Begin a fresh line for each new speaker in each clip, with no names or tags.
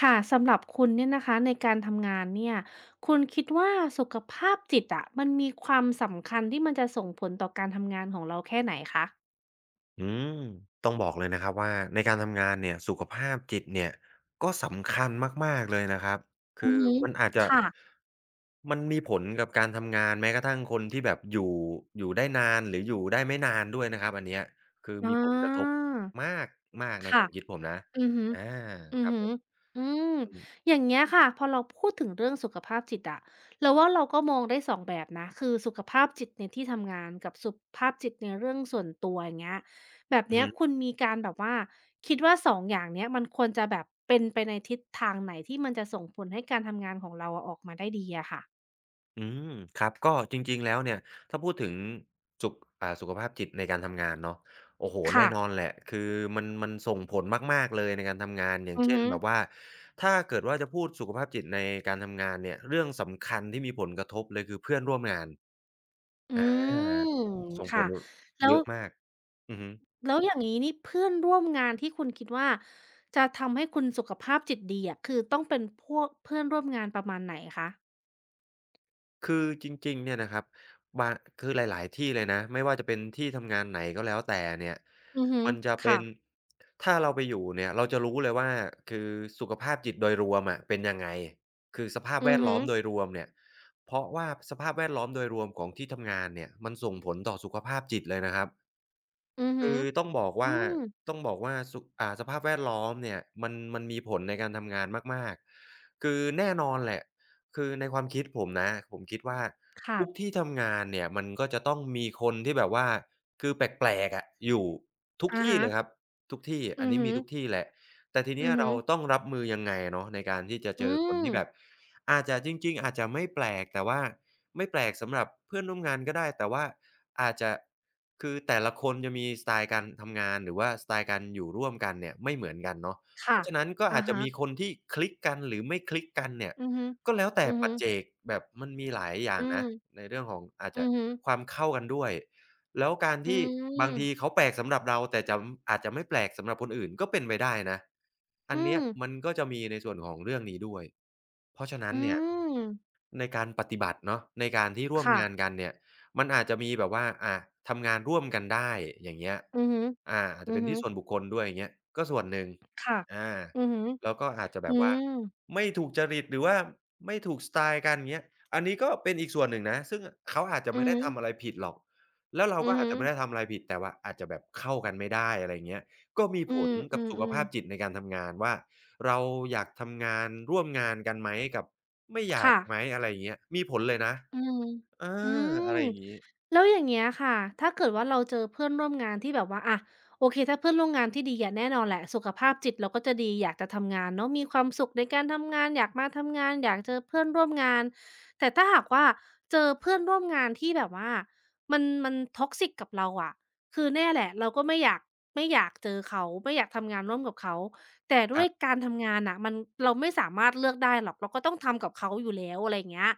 ค่ะสำหรับคุณเนี่ยนะคะในการทำงานเนี่ยคุณคิดว่าสุขภาพจิตอะมันมีความสำคัญที่มันจะส่งผลต่อการทำงานของเราแค่ไหนคะ
อืมต้องบอกเลยนะครับว่าในการทำงานเนี่ยสุขภาพจิตเนี่ยก็สำคัญมากๆเลยนะครับคื
อื
อ
อฮึ
มันอาจจะ
ค่ะ
มันมีผลกับการทำงานแม้กระทั่งคนที่แบบอยู่ได้นานหรืออยู่ได้ไม่นานด้วยนะครับอันเนี้ยคือมี
อา
ผลกระทบมากมากในค
ค่ะ
วามคิดผมนะ
อือฮึ
อา
อื
ค
อ
รับ
ฮึ
ผ
อ
ม
อืม
อืม
อย่างเงี้ยค่ะพอเราพูดถึงเรื่องสุขภาพจิตอะเราว่าเราก็มองได้สองแบบนะคือสุขภาพจิตในที่ทำงานกับสุขภาพจิตในเรื่องส่วนตัวอย่างเงี้ยแบบ
อือ
เนี้ย
ฮึ
คุณมีการแบบว่าคิดว่าสองอย่างเนี้ยมันควรจะแบบเป็นไปในทิศทางไหนที่มันจะส่งผลให้การทำงานของเราอะออกมาได้ดีอะค่ะ
อืมครับก็จริงๆแล้วเนี่ยถ้าพูดถึงสุขสุขภาพจิตในการทำงานเนาะโอ้โฮ
ค่ะ
แน่นอนแหละคือมันส่งผลมากๆเลยในการทำงานอย่าง
อือ
เช่น
ฮึอ
แบบว่าถ้าเกิดว่าจะพูดสุขภาพจิตในการทำงานเนี่ยเรื่องสำคัญที่มีผลกระทบเลยคือเพื่อนร่วมงาน
อื
อ
ม
าส่งผ
ค่ะ
ล
แล้
เย
ว
อะมากอือฮึ
แล้วอย่างนี้นี่เพื่อนร่วมงานที่คุณคิดว่าจะทำให้คุณสุขภาพจิตดีอะคือต้องเป็นพวกเพื่อนร่วมงานประมาณไหนคะ
คือจริงๆเนี่ยนะครับบางคือหลายๆที่เลยนะไม่ว่าจะเป็นที่ทำงานไหนก็แล้วแต่เนี่ย
อือฮึ
มันจะเป็
ค่ะ
นถ้าเราไปอยู่เนี่ยเราจะรู้เลยว่าคือสุขภาพจิตโดยรวมอะเป็นยังไงคือสภาพแว
อือ
ดล้
ฮึ
อมโดยรวมเนี่ยเพราะว่าสภาพแวดล้อมโดยรวมของที่ทำงานเนี่ยมันส่งผลต่อสุขภาพจิตเลยนะครับ
อือฮึ
คือ
อืม
ต้องบอกว่าสุอ่าสภาพแวดล้อมเนี่ยมันมีผลในการทำงานมากๆคือแน่นอนแหละคือในความคิดผมนะผมคิดว่าทุก
ค่ะ
ที่ทำงานเนี่ยมันก็จะต้องมีคนที่แบบว่าคือแปลกๆอะอยู่ทุก
อะ
ที่
ฮะ
เลยครับทุกที่อั
อื
น
อ
นี้
ฮึ
มีทุกที่แหละแต่ทีเนี้
อื
ย
อฮึ
เราต้องรับมือยังไงเนาะในการที่จะ
อื
เจอคน
ม
ที่แบบอาจจะจริงๆอาจจะไม่แปลกแต่ว่าไม่แปลกสำหรับเพื่อนร่วมงานก็ได้แต่ว่าอาจจะ คือแต่ละคนจะมีสไตล์การทำงานหรือว่าสไตล์การอยู่ร่วมกันเนี่ยไม่เหมือนกันเนาะเพ
ค่ะ
ราะฉะนั้นก็
อะ
อาจจะมีค
ฮะ
นที่คลิกกันหรือไม่คลิกกันเนี่ย
อือฮึ
ก็แล้วแต่
อือฮึ
ปัจเจกแบบมันมีหลายอย่าง
อืม
นะในเรื่องของอาจ
อื
จะ
อฮึ
ความเข้ากันด้วยแล้วการ
อื
ที่บางที
ม
เขาแปลกสำหรับเราแต่จำอาจจะไม่แปลกสำหรับคนอื่นก็เป็นไปได้นะอั
อื
นเนี้
ม
ยมันก็จะมีในส่วนของเรื่องนี้ด้วยเพราะฉะนั้
อื
นเนี่ย
ม
ในการปฏิบัติเนาะในการที่ร่วมงาน
ค่ะ
กันเนี่ย มันอาจจะมีแบบว่าทำงานร่วมกันได้อย่างเงี้ย
อือฮึ
อาจ
อื
จะ
อ
เป็น
ฮึ
ที่ส่วนบุคคลด้วยอย่างเงี้ยก็ส่วนหนึ่ง
ค่ะ
อา
อือฮึ
แล้วก็อาจจะแบ
อื
บว่า
ม
ไม่ถูกจริตหรือว่าไม่ถูกสไตล์กันอย่างเงี้ยอันนี้ก็เป็นอีกส่วนหนึ่งนะซึ่งเขาอาจจะ
อือ
ไม่ได้
ฮึ
ทำอะไรผิดหรอกแล้วเรา
อื
ก็
อ
อา
ฮึ
จจะไม่ได้ทำอะไรผิดแต่ว่าอาจจะแบบเข้ากันไม่ได้อะไรอย่างเงี้ยก็มี
อื
ผลกับสุข
ม
ภาพ
ๆ
จิ
ๆ
ตในการทำงานว่าเราอยากทำงานร่วมงานกันไหมกับไม่อยาก
ค่ะ
ไหมอะไรอย่างเงี้ยมีผลเลยนะ
อืม
เอ
อื
อ
ม
อะไรอย่างงี้
แล้วอย่างเงี้ยค่ะถ้าเกิดว่าเราเจอเพื่อนร่วมงานที่แบบว่าอะโอเคถ้าเพื่อนร่วมงานที่ดีอะแน่นอนแหละสุขภาพจิตเราก็จะดีอยากจะทำงานเนาะมีความสุขในการทำงานอยากมาทำงาน อยากเจอเพื่อนร่วมงาน แต่ถ้าหากว่าเจอเพื่อนร่วมงานที่แบบว่ามัน toxic กับเราอะคือแน่แหละเราก็ไม่อยากไม่อยากเจอเขาไม่อยากทำงานร่วมกับเขาแต่
ค
ด้ว
รั
ย
บ
การทำงานน่ะมันเราไม่สามารถเลือกได้หรอกเราก็ต้องทำกับเขาอยู่แล้วอะไรอย่างเงี้ย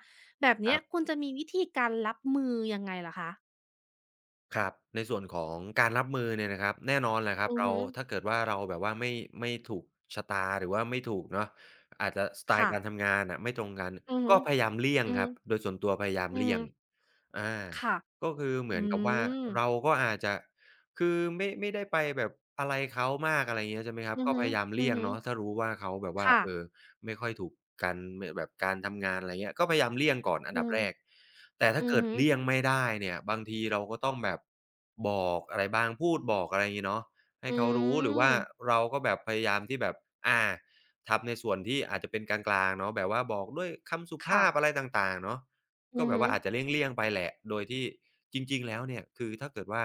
แบบ
ค
เนี้ย
รับ
คุณจะมีวิธีการรับมือยังไงเหรอคะ
ครับในส่วนของการรับมือเนี่ยนะครับแน่นอนแหละครับ
อือ
เรา
ฮึ
ถ้าเกิดว่าเราแบบว่าไม่ถูกชะตาหรือว่าไม่ถูกเนาะอาจจะสไตล์
ค่ะ
การทำงานน่ะไม่ตรงกัน
อือฮึ
ก็พยายามเลี่ยง
อือ
ค
ฮึ
รับโดยส่วนตัวพยายาม
อือ
เลี่
ฮึ
ยงอา
ค่ะ
ก็คือเหมื
อื
อนกับว่า
ม
เราก็อาจจะคือไม่ได้ไปแบบอะไรเขามากอะไรอย่างเงี้ยใช่ไหมครับ
อือ
ก็
ฮึ
พยายาม
อือ
เลี่ยง
ฮึ
เนาะถ้ารู้ว่าเขาแบบว่า
ค่ะ
ไม่ค่อยถูกกันมแบบการทำงานอะไรเงี้ยก็พยายามเลี่ยงก่อนอั
อื
นดับ
ม
แรกแต่ถ้า
อือ
เกิด
ฮึ
เลี่ยงไม่ได้เนี่ยบางทีเราก็ต้องแบบบอกอะไรบ้างพูดบอกอะไรงี้เนาะให้
อื
เขารู้หรือว่า
ม
เราก็แบบพยายามที่แบบอาทำในส่วนที่อาจจะเป็นกลางๆเนาะแบบว่าบอกด้วยคำสุ
ค่ะ
ภาพอะไรต่างๆเนาะก็
อือ
แบบ
ฮึ
ว่าอาจจะเลี่ยงๆไปแหละโดยที่จริงๆแล้วเนี่ยคือถ้าเกิดว่า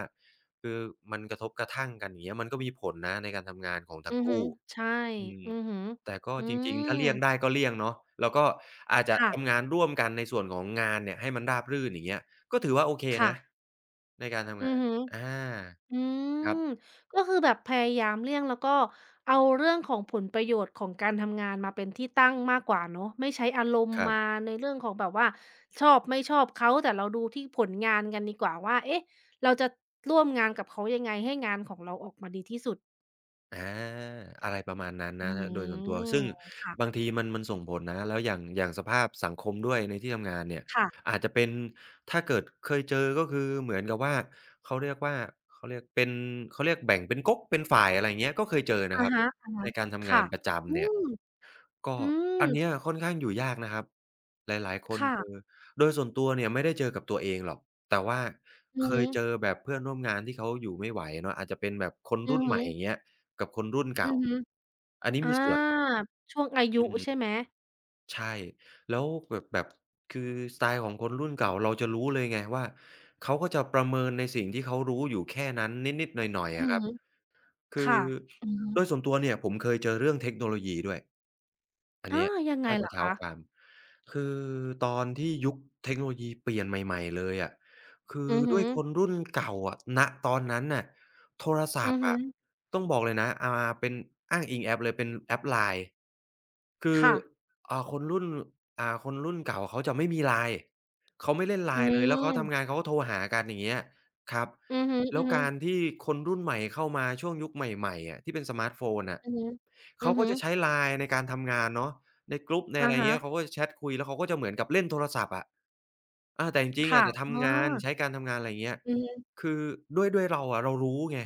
คือมันกระทบกระทั่งกันอย่างเงี้ยมันก็มีผลนะในการทำงานของทั้
อื
ง
อฮึ
คู่
ใช่
อืม
อือฮึ
แต่ก็
อื
จริงๆ ถ้า
ม
เลี่ยงได้ก็เลี่ยงเนาะแล้วก็จจะ
ค่ะ
ทำงานร่วมกันในส่วนของงานเนี่ยให้มันราบรื่นอย่างเงี้ยก็ถือว่าโอเคนะ
ค่ะ
ในการทำ
อื
งา
อ
น
ฮึ
อา
อื
ครั
ม
บ
ก็คือแบบพยายามเลี่ยงแล้วก็เอาเรื่องของผลประโยชน์ของการทำงานมาเป็นที่ตั้งมากกว่าเนาะไม่ใช้อารม
ค
ณ์
รั
มา
บ
ในเรื่องของแบบว่าชอบไม่ชอบเขาแต่เราดูที่ผลงานกันดีกว่าว่าเอ๊ะเราจะร่วมงานกับเขายังไงให้งานของเราออกมาดีที่สุด
อาอะไรประมาณนั้น
อื
นะโดยส่วนตัว
ม
ซึ่งบา
ค่ะ
งทีมันส่งผลนะแล้วอย่างสภาพสังคมด้วยในที่ทำงานเนี่ย
ค่ะ
อาจจะเป็นถ้าเกิดเคยเจอก็คือเหมือนกับว่าเขาเรียกว่าเขาเรียกเป็นเขาเรียกแบ่งเป็นก๊กเป็นฝ่ายอะไรอย่างเงี้ยก็เคยเจอนะ
อะ
ครับ
ฮะ
ในการ
ๆ
ทำงา
ค่ะ
นประ
อื
จำเนี่ย
ม
ก็
อืม
อันเนี้ยค่อนข้างอยู่ยากนะครับหลายๆคนเจอ
ค่ะ
โดยส่วนตัวเนี่ยไม่ได้เจอกับตัวเองหรอกแต่ว่า
อือ
เค
ฮึ
ยเจอแบบเพื่อนร่วมงานที่เขาอยู่ไม่ไหวเนาะอาจจะเป็นแบบคน
อื
รุ่
อ
น
ฮึ
ใหม่อย่างเงี้ยกับคนรุ่น
อื
เก่า
อฮึ
อันนี้
อา
มีส่วน
ช่วงอา
อื
ยุใช่
ม
ไหม
ใช่แล้วแบบคือสไตล์ของคนรุ่นเก่าเราจะรู้เลยไงว่าเขาก็จะประเมินในสิ่งที่เขารู้อยู่แค่นั้นนิดๆหน่อยๆ
อื
อะ
อ
ครับ
ฮึ
คือ
ค่ะอือฮึ
โดยส่วนตัวเนี่ยผมเคยเจอเรื่องเทคโนโลยีด้วย อัน
อา
เนี้ย
ยังไง
ถ้า
เหร
จะ
อ
เท้า
คะ
ความคือตอนที่ยุคเทคโนโลยีเปลี่ยนใหม่ๆเลยอะคือ
อือฮึ
ด้วยคนรุ่นเก่าอะณตอนนั้นน่ะโทร
อื
ศัพ
อ
ท์
ฮึ
อะต้องบอกเลยนะเป็นอ้างอิงแอปเลยเป็นแอป LINE คือ
ค่ะ
อ่าคนรุ่นคนรุ่นเก่าเขาจะไม่มี LINE เขาไม่เล่น
อื
LINE เลยแล้วเขาทำ
ม
งานเขาก็โทรหากันอย่างเงี้ยครับ
อือฮึ
แล้
อื
ว
อฮึ
การที่คนรุ่นใหม่เข้ามาช่วงยุคใหม่ๆอะที่เป็นสมาร์ตโฟนน่ะ
อือฮึอื
เขา
อ
ก็
ฮึ
จะใช้ LINE ในการทำงานเนาะในกรุ๊ปใน
อะ
อะไร
ฮะ
เงี้ยเขาก็จะแชตคุยแล้วเขาก็จะเหมือนกับเล่นโทรศัพท์อะแต่จริงๆ
ค่ะ
อาจจะ
อ๋อ
ทำงานใช้การทำงานอะไรเงี้ย
อือฮึ
คือด้วยเราอะเรารู้ไง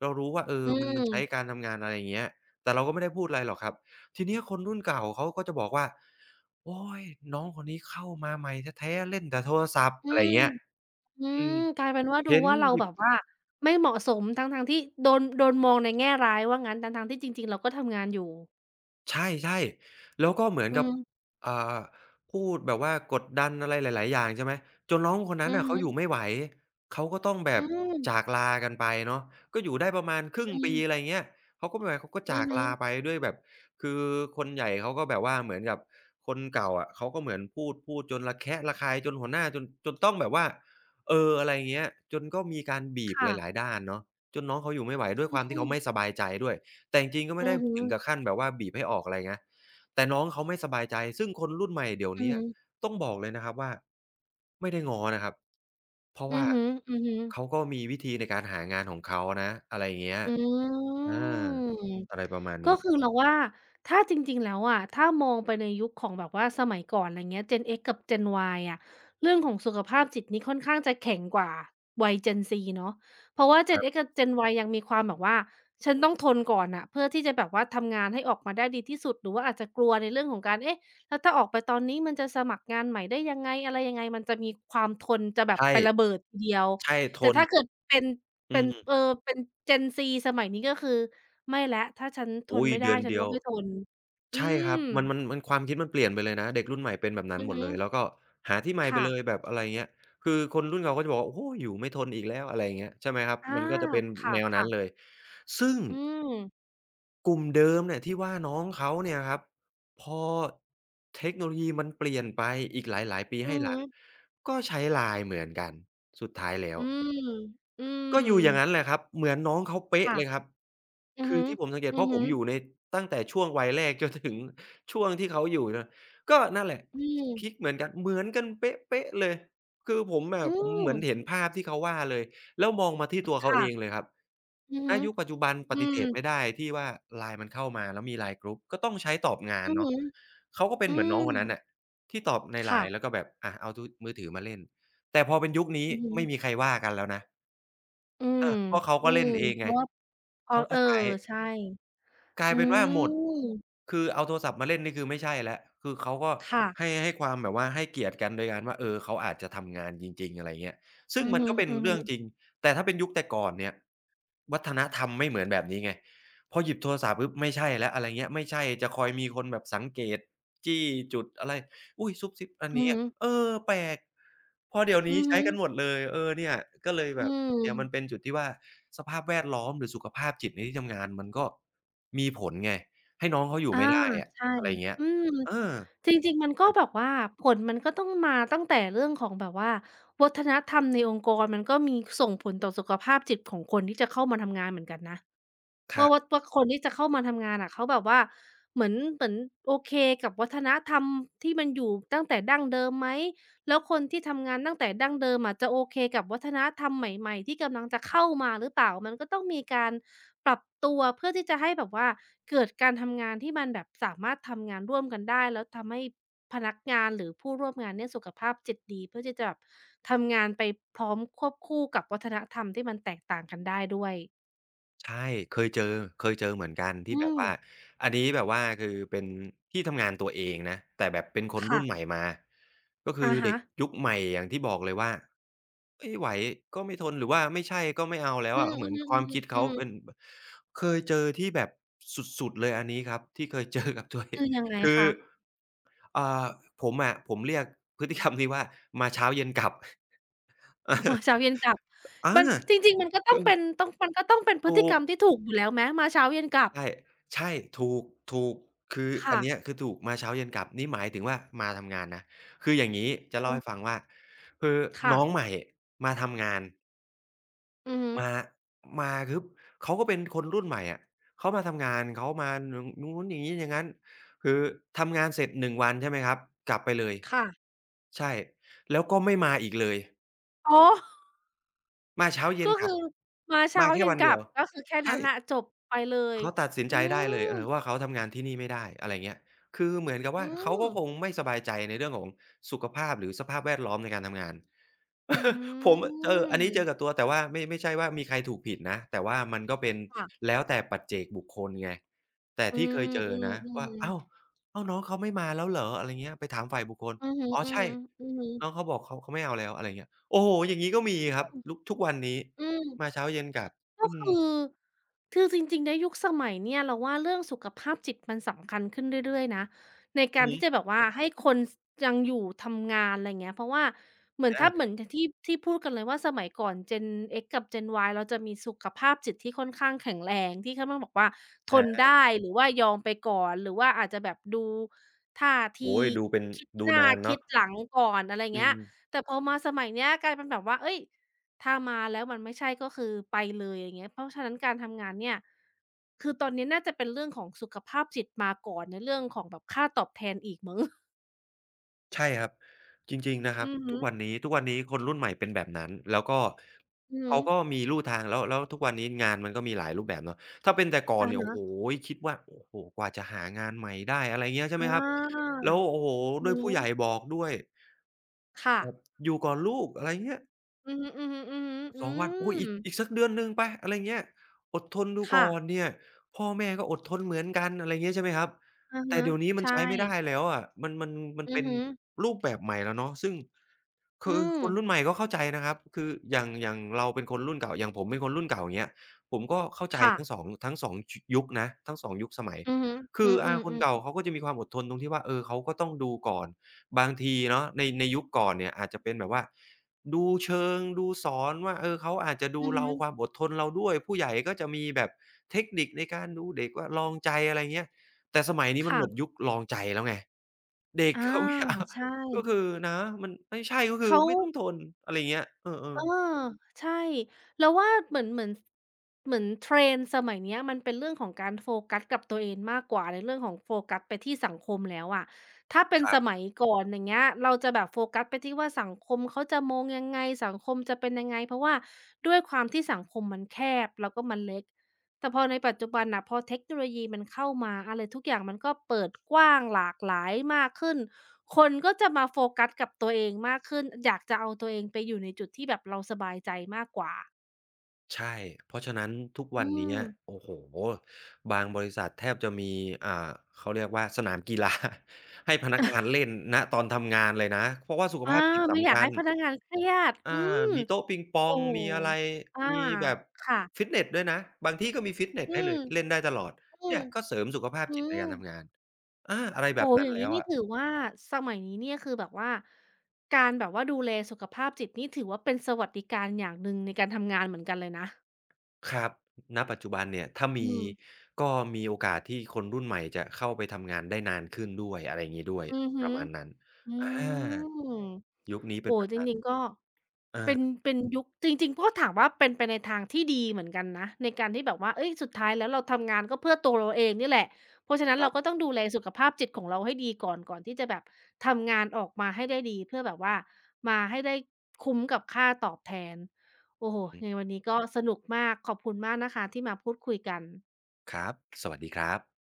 เรารู้ว่าเออ
อื
มันใช้
ม
การทำงานอะไรอย่างเงี้ยแต่เราก็ไม่ได้พูดอะไรหรอกครับ ทีเนี้ยคนรุ่นเก่าเขาก็จะบอกว่า โอ๊ยน้องคนนี้เข้ามาใหม่แท้ๆเล่นแต่โทรศัพท์
อื
อะไรอ
ม
ย่างเงี้ย
อื
อื
ม
ม
กลายเป็นว่าดู
เห็น
ว่าเรา
หยิ
แบ
บ
บว่าไม่เหมาะสมทั้งๆที่โดนโดนมองในแง่ร้ายว่างั้นทั้งๆที่จริงๆเราก็ทำงานอยู่
ใช่ๆแล้วก็เหมือน
อื
กับ
ม
อ่าพูดแบบว่ากดดันอะไรหลายๆอย่างใช่ไหมจนน้องคน
อื
นั้น
อ
น่ะ
ฮึ
เขาอยู่ไม่ไหวเขาก็ต้องแบ
อื
บ
ม
จากลากันไปเนาะก็อยู่ได้ประมาณครึ่ง
อื
ปีอะไร
ม
อย่างเงี้ยเขาก็ไม่ไหวเขาก็
อือ
จาก
ฮึ
ลาไปด้วยแบบคือคนใหญ่เขาก็แบบว่าเหมือนกับคนเก่าอะเขาก็เหมือนพูดจนระแคะระคายจนหัวหน้าจนต้องแบบว่าเอออะไรอย่างเงี้ยจนก็มีการบีบห
ค่ะ
ลายๆด้านเนาะจนน้องเขาอยู่ไม่ไหวด้วย
อื
ความที่
ม
เขาไม่สบายใจด้วย แต่จริงๆก็
อื
ไม่ได้
อฮึ
ถึงกับขั้นแบบว่าบีบให้ออกอะไรเงี้ยแต่น้องเขาไม่สบายใจซึ่งคนรุ่นใหม่เดี๋ยว
อือ
เนี้ย
ฮึ
ต้องบอกเลยนะครับว่าไม่ได้ง้อนะครับเพราะ
อือ
ว่า
ฮึอือฮึ
เขาก็มีวิธีในการหางานของเขานะอะไรอย่างเงี้ย
อื
อา
ม
อะไรประมาณ
ก็
นี้
คือเราว่าถ้าจริงๆแล้วอะถ้ามองไปในยุคของแบบว่าสมัยก่อนอะไรเงี้ย Gen X กับ Gen Y อะเรื่องของสุขภาพจิตนี่ค่อนข้างจะแข็งกว่าวัย Gen Z เนาะเพราะว่า
ค
Gen
รั
X
บ
กับ Gen Y ยังมีความแบบว่าฉันต้องทนก่อนน่ะเพื่อที่จะแบบว่าทำงานให้ออกมาได้ดีที่สุดหรือว่าอาจจะกลัวในเรื่องของการเอ๊ะแล้วถ้าออกไปตอนนี้มันจะสมัครงานใหม่ได้ยังไงอะไรยังไงมันจะมีความทนจะแบ
ใช
บไประ
่
เบิดทีเดียว
ใช่ท
แต่
น
ถ้าเกิดเป็น
อื
เป็นเออ
ม
เป็น Gen Z สมัยนี้ก็คือ ไม่แล้วถ้าฉันทน
อุ๊ย
ไม่ได้
เดือน
ฉัน
เดีย
ก็
ว
ไม่ทนอื
ใช่ค
ม
รับมันความคิดมันเปลี่ยนไปเลยนะเด็กรุ่นใหม่เป็นแบบนั้
อื
น
อ
หมด
ฮึ
เลยแล้วก็หาที่ใหม่ไป
ค่ะ
เลยแบบอะไรเงี้ยคือคนรุ่นเก่าก็จะบอกว่าโอ้โฮอยู่ไม่ทนอีกแล้วอะไรอย่างเงี้ยใช่ไหมครับ
อา
มันก็จะเป็น
ค
แนวนั้
่ะ
นเลย
ๆ
ซึ่ง
อืม
กลุ่มเดิมเนี่ยที่ว่าน้องเขาเนี่ยครับพอเทคโนโลยีมันเปลี่ยนไปอีกหลายๆปี
อื
ให้
อ
ห
ฮึ
ลังก็ใช้ LINE เหมือนกันสุดท้ายแล้ว
อืมอืม
ก็อยู่อย่างงั้นแหละครับเหมือนน้องเขาเป๊ะ
ค่ะ
เลยครับ
อือ
คือ
ฮึ
ที่ผมสังเกต
อื
เพ
อ
ราะผ
ฮึ
มอยู่ในตั้งแต่ช่วงวัยแรก จนถึงช่วงที่เขาอยู่นะก็นั่นแหละ
อื
คิด
ม
เหมือนกันเป๊ะๆเลยคือผมอะ
อื
ผมเห
ม
มือนเห็นภาพที่เขาว่าเลยแล้วมองมาที่ตัวเขาเองเล
ค่ะ
ยครับ
อือ
ณ
ฮึ
ยุคปัจจุบันป
อื
ฏิเส
ม
ธไม่ได้ที่ว่า LINE มันเข้ามาแล้วมี LINE กรุ๊ปก็ต้องใช้ตอบงาน
อือ
เนาะ
ฮึ
เขาก็เป็
อื
นเหมือนน้อง
ม
คนนั้นน่ะที่ตอบใน
ค่ะ
LINE แล้วก็แบบอะเอาทุมือถือมาเล่นแต่พอเป็นยุคนี้
อือ
ไม่มี
ฮึ
ใครว่ากันแล้วนะ
อืม
เพราะเขา
อื
ก็
ม
เล่นเอง
เพ
ไง
ราะว่าเพอ
เขาก็
เออ
ใช้
ใช่
กลาย
อื
เป็นว่าหมด
ม
คือเอาโทรศัพท์มาเล่นนี่คือไม่ใช่แล้วคือเขาก็
ค่ะ
ให้ความแบบว่าให้เกียรติกันโดยการว่าเออเขาอาจจะทำงานจริงๆอะไรเงี้ย
อื
ซึ่ง
อ
มัน
ฮึ
ก็เป็
ๆ
น
อือฮึ
เรื่องจริง แต่ถ้าเป็นยุคแต่ก่อนเนี่ยวัฒนธรรมไม่เหมือนแบบนี้ไงพอหยิบโทรศัพท์ปุ๊บไม่ใช่แล้วอะไรเงี้ยไม่ใช่จะคอยมีคนแบบสังเกตจี้จุดอะไร อุ๊ยซุบซิบอัน
อือ
นี้
ฮ
อะเออแปลกพอเดี๋ยว
ึ
นี้ใช้กันหมดเลยเออเนี่ยก็เลยแบ
อื
บเนี่ยมัน
ม
เป็นจุดที่ว่าสภาพแวดล้อมหรือสุขภาพจิตในที่ทำงานมันก็มีผลไงให้น้องเขาอยู่
อา
ไม่ได้อะ
ใช่
อะไรอย่างเงี้ย
อืม
เออ
จริงๆ มันก็แบบว่าผลมันก็ต้องมาตั้งแต่เรื่องของแบบว่าวัฒนธรรมในองค์กรมันก็มีส่งผลต่อสุขภาพจิตของคนที่จะเข้ามาทำงานเหมือนกันนะ
ค
ว่า
รั
ว่า
บ
ว่าคนที่จะเข้ามาทำงานอะเขาแบบว่าเหมือนโอเคกับวัฒนธรรมที่มันอยู่ตั้งแต่ดั้งเดิมไหมแล้วคนที่ทำงานตั้งแต่ดั้งเดิมอะจะโอเคกับวัฒนธรรมใหม่ๆที่กำลังจะเข้ามาหรือเปล่ามันก็ต้องมีการปรับตัวเพื่อที่จะให้แบบว่าเกิดการทำงานที่มันแบบสามารถทำงานร่วมกันได้แล้วทำให้พนักงานหรือผู้ร่วมงานเนี่ยสุขภาพจิตดีเพื่อที่จะแบบทำงานไปพร้อมควบคู่กับวัฒนธรรมที่มันแตกต่างกันได้ด้วย
ใช่เคยเจอเคยเจอเหมือนกัน
อื
ที่แบบ
ม
ว่าอันนี้แบบว่าคือเป็นที่ทำงานตัวเองนะแต่แบบเป็นคนรุ่นใหม่
ค่ะ
มาก็คือ
อะ
เด็
ฮะ
กยุคใหม่อย่างที่บอกเลยว่าไม่ไหวก็ไม่ทนหรือว่าไม่ใช่ก็ไม่เอาแล้ว
อื
อะ
ม
เห
อื
มื
อ
อนค
ฮอื
วามคิ
อ
ด
อื
เขา
อ
เป็นเคยเจอที่แบบสุดๆเลยอันนี้ครับที่เคยเจอกับตัวเอ
คื
ง
อยังไง
คือ
คะ
อ่าผมอะผมเรียกพฤติกรรมนี้ว่ามาเช้าเย็นกลับ
อ๋อ เช้าเย็นกลับ
อา
มันจริงๆ
คือ
มันก็ต้องเป็นพฤติ
ถู
กร
ก
รมที่ถูกอยู่แล้วไหมมาเช้าเย็นกลับ
ใช่ใช่ถูกถูกคืออั
ค่ะ
นเนี้ยคือถูกมาเช้าเย็นกลับนี่หมายถึงว่ามาทำงานนะคืออย่างงี้จะ
อื
เล่าให้ฟั
ม
งว่าคือ
ค่ะ
น้องใหม่มาทำงาน
อือฮึ
มามาคือเขาก็เป็นคนรุ่นใหม่อะเขามาทำงานเขามาอนู้นอย่างงี้อย่างงั้นคือทำงานเสร็จ1วันใช่ไหมครับกลับไปเลย
ค่ะ
ใช่แล้วก็ไม่มาอีกเลย
อ๋อ
มาเช้าเย็
ก็
นก
คื
ลั
อ
บ
มาเช้า
มาแค่
เย็น
วัน
กลั
เดีย
บ
ว
ก็คือแค่นั้
ใช่
นน่ะจบไปเลย
เขาตัดสิน
อื
ใจได้เล
ม
ยเออว่าเขาทำงานที่นี่ไม่ได้อะไรเงี้ยคือเหมือนกับ
อื
ว่าเขา
ม
ก็คงไม่สบายใจในเรื่องของสุขภาพหรือสภาพแวดล้อมในการทำงาน
อื
ผมอะเอออันนี้เจอ
ม
กับตัวแต่ว่าไม่ใช่ว่ามีใครถูกผิดนะแต่ว่ามันก็เป็น
ค่ะ
แล้วแต่ปัจเจกบุคคลไงแต่
อื
ที่เคยเจอนะว่า
ม
อ้าว
ๆๆ
อ้าวน้องเขาไม่มาแล้วเหรออะไรเงี้ยไปถามฝ่ายบุคคล
อือฮึ
อ๋อ
ๆอือ
ใช่
ฮึ
น้องเขาบอกเขาเขาไม่เอาแล้วอะไรเงี้ยโอ้โฮอย่างงี้ก็มีครับลุกทุกวันนี้
อื
มา
ม
เช้าเย็นกลับ
ก็
อืม
คือคือจริงๆในยุคสมัยเนี่ยเราว่าเรื่องสุขภาพจิตมันสำคัญขึ้นเรื่อยๆนะใน
อื
กา
อ
ร
ฮึ
ที่จะแบบว่าให้คนสยังอยู่ทำงานอะไรอย่างเงี้ยเพราะว่าเหมื
อา
อนอย่างที่พูดกันเลยว่าสมัยก่อน Gen X กับ Gen Y เราจะมีสุขภาพจิตที่ค่อนข้างแข็งแรงที่ค่อนข้างแบบว่าทน
อา
ได้หรือว่ายอมไปก่อนหรือว่าอาจจะแบบดูท่าที
โอ้ยดูเป็น
คิด
ดู
หน้า
นาน
คิ
เนาะ
ดหลังก่อนอะไรอย่าง
อื
เงี้ย
ม
แต่พอมาสมัยเนี้ยกลายเป็นแบบว่าเฮ้ย ถ้ามาแล้วมันไม่ใช่ก็คือไปเลยอย่างเงี้ยเพราะฉะนั้นการทำงานเนี่ยคือตอนนี้น่าจะเป็นเรื่องของสุขภาพจิตมาก่อนในเรื่องของแบบค่าตอบแทนอีกมั้ง
ใช่ครับจริงๆนะค
อื
รับ
อฮึ
ทุกวันนี้ทุกวันนี้คนรุ่นใหม่เป็นแบบนั้นแล้วก็
อือฮึ
เขาก็มีลู่ทางแล้วแล้วทุกวันนี้งานมันก็มีหลายรูปแบบเนาะถ้าเป็นแต่ก่อน
อะ
เนี่ยโอ้
ฮะ
โฮคิดว่าโอ้โฮกว่าจะหางานใหม่ได้อะไรเงี้ยใช่
อ
ไหมครับ
า
แล้วโอ้โฮ
อื
ด้ว
อ
ยผู้ใหญ่
ฮึ
บอกด้วย
ค่ะ
แบบอยู่ก่อนลูกอะไรเงี้ย
อือฮึๆๆอือฮึอื
2วันโอ้ย
ม
อีกสักเดือนหนึ่งไปอะไรเงี้ยอดทนดู
ค่ะ
ก่อนเนี่ยพ่อแม่ก็อดทนเหมือนกันอะไรอย่างเงี้ยใช่ไหมครับ
อะ
แต่
ฮะ
เดี๋ยวนี้มัน
ใช่
ใช้ไม่ได้แล้วอะมันมัน
อือ
เป็น
ฮึ
รูปแบบใหม่แล้วเนาะซึ่ง
อื
คือ
ม
คนรุ่นใหม่ก็เข้าใจนะครับคืออย่างเราเป็นคนรุ่นเก่าอย่างผมเป็นคนรุ่นเก่าอย่างเงี้ยผมก็เข้าใจทั้งส
ค่ะ
องทั้ง2ชยุคนะทั้งสองยุคสมัย
อือฮึ
คื
อื
ออาคน
อ
เก่า
ๆๆ
เขาก็จะมีความอดทนตรงที่ว่าเออเขาก็ต้องดูก่อนบางทีเนาะในยุคก่อนเนี่ยอาจจะเป็นแบบว่า ดูเชิงดูสอนว่าเออเขาอาจจะดู
อือฮึ
เราความอดทนเราด้วยผู้ใหญ่ก็จะมีแบบเทคนิคในการดูเด็กว่าลองใจอะไรเงี้ยแต่สมัยนี้มันหมดยุ
ค่ะ
คลองใจแล้วไงเด็ก
อา
เขาไม่เอา
ใช่
ก็คือนะมันไม่ใช่ก็คือ
เขา
ไม่ต้องทนอะไรเงี้ยเออ
เอ
ๆ
อใช่เราว่าเหมือน trend สมัยเนี้ยมันเป็นเรื่องของการโฟกัสกับตัวเองมากกว่าในเรื่องของโฟกัสไปที่สังคมแล้วอะถ้าเป็น
ครั
สมั
บ
ยก่อนอย่างเงี้ยเราจะแบบโฟกัสไปที่ว่าสังคมเขาจะมองยังไงสังคมจะเป็นยังไงเพราะว่าด้วยความที่สังคมมันแคบแล้วก็มันเล็ก แต่พอในปัจจุบันน่ะพอเทคโนโลยีมันเข้ามาอะไรทุกอย่างมันก็เปิดกว้างหลากหลายมากขึ้นคนก็จะมาโฟกัสกับตัวเองมากขึ้นอยากจะเอาตัวเองไปอยู่ในจุดที่แบบเราสบายใจมากกว่า
ใช่เพราะฉะนั้นทุก
อื
วันเนี้
ม
ยโอ้โฮบางบริษัทแทบจะมีอ่าเขาเรียกว่าสนามกีฬา ให้พนักงานเล่นณตอนทำงานเลยนะเพราะว่าสุข
อา
ภาพจิต
ไม่อ
สำ
ยาก
คั
ให้
ญ
พนักงานเครียด
อา
อืม
มีโต๊ะปิงปอ
โอ้
ง
โฮ
มีอะไร
อา
มีแบบ
ค่ะ
ฟิตเนสด้วยนะบางที่ก็มีฟิตเนส
อื
ให้เล
ม
ยเล่นได้ตลอด
อื
เนี่
ม
ยก็เสริมสุขภาพ
อื
จิตใน
ม
การทำงานอาอะไรแบ
โอ้
บ
โฮ
นั้
อ
น
ย่างงี้
แล้ว
นี่
อะ
ถือว่าสมัยนี้เนี่ยคือแบบว่าการแบบว่าดูแลสุขภาพจิตนี่ถือว่าเป็นสวัสดิการอย่างหนึ่งในการทำงานเหมือนกันเลยนะ
ครับณปัจจุบันเนี่ยถ้า
อื
มี
ม
ก็มีโอกาสที่คนรุ่นใหม่จะเข้าไปทำงานได้นานขึ้นด้วยอะไรอย่างงี้ด้วย
อือ
ป
ฮึ
ระมาณนั้น
อื
อ
ม
ายุคนี้เป็น
โอ้โฮ
แบบ
จ
นั้น
ริงๆก็
อา
เป็นยุคจริงๆก็ถามว่าเป็นไปในทางที่ดีเหมือนกันนะในการที่แบบว่าเฮ้ยสุดท้ายแล้วเราทำงานก็เพื่อตัวเราเองนี่แหละเพราะฉะนั้น
ค
เรา
รั
ก็
บ
ต้องดูแลสุขภาพจิตของเราให้ดีก่อนที่จะแบบทำงานออกมาให้ได้ดีเพื่อแบบว่ามาให้ได้คุ้มกับค่าตอบแทนโอ้โฮ
อือ
ยังไงวันนี้ก็สนุกมากขอบคุณมากนะคะที่มาพูดคุยกัน
ครับสวัสดีครับ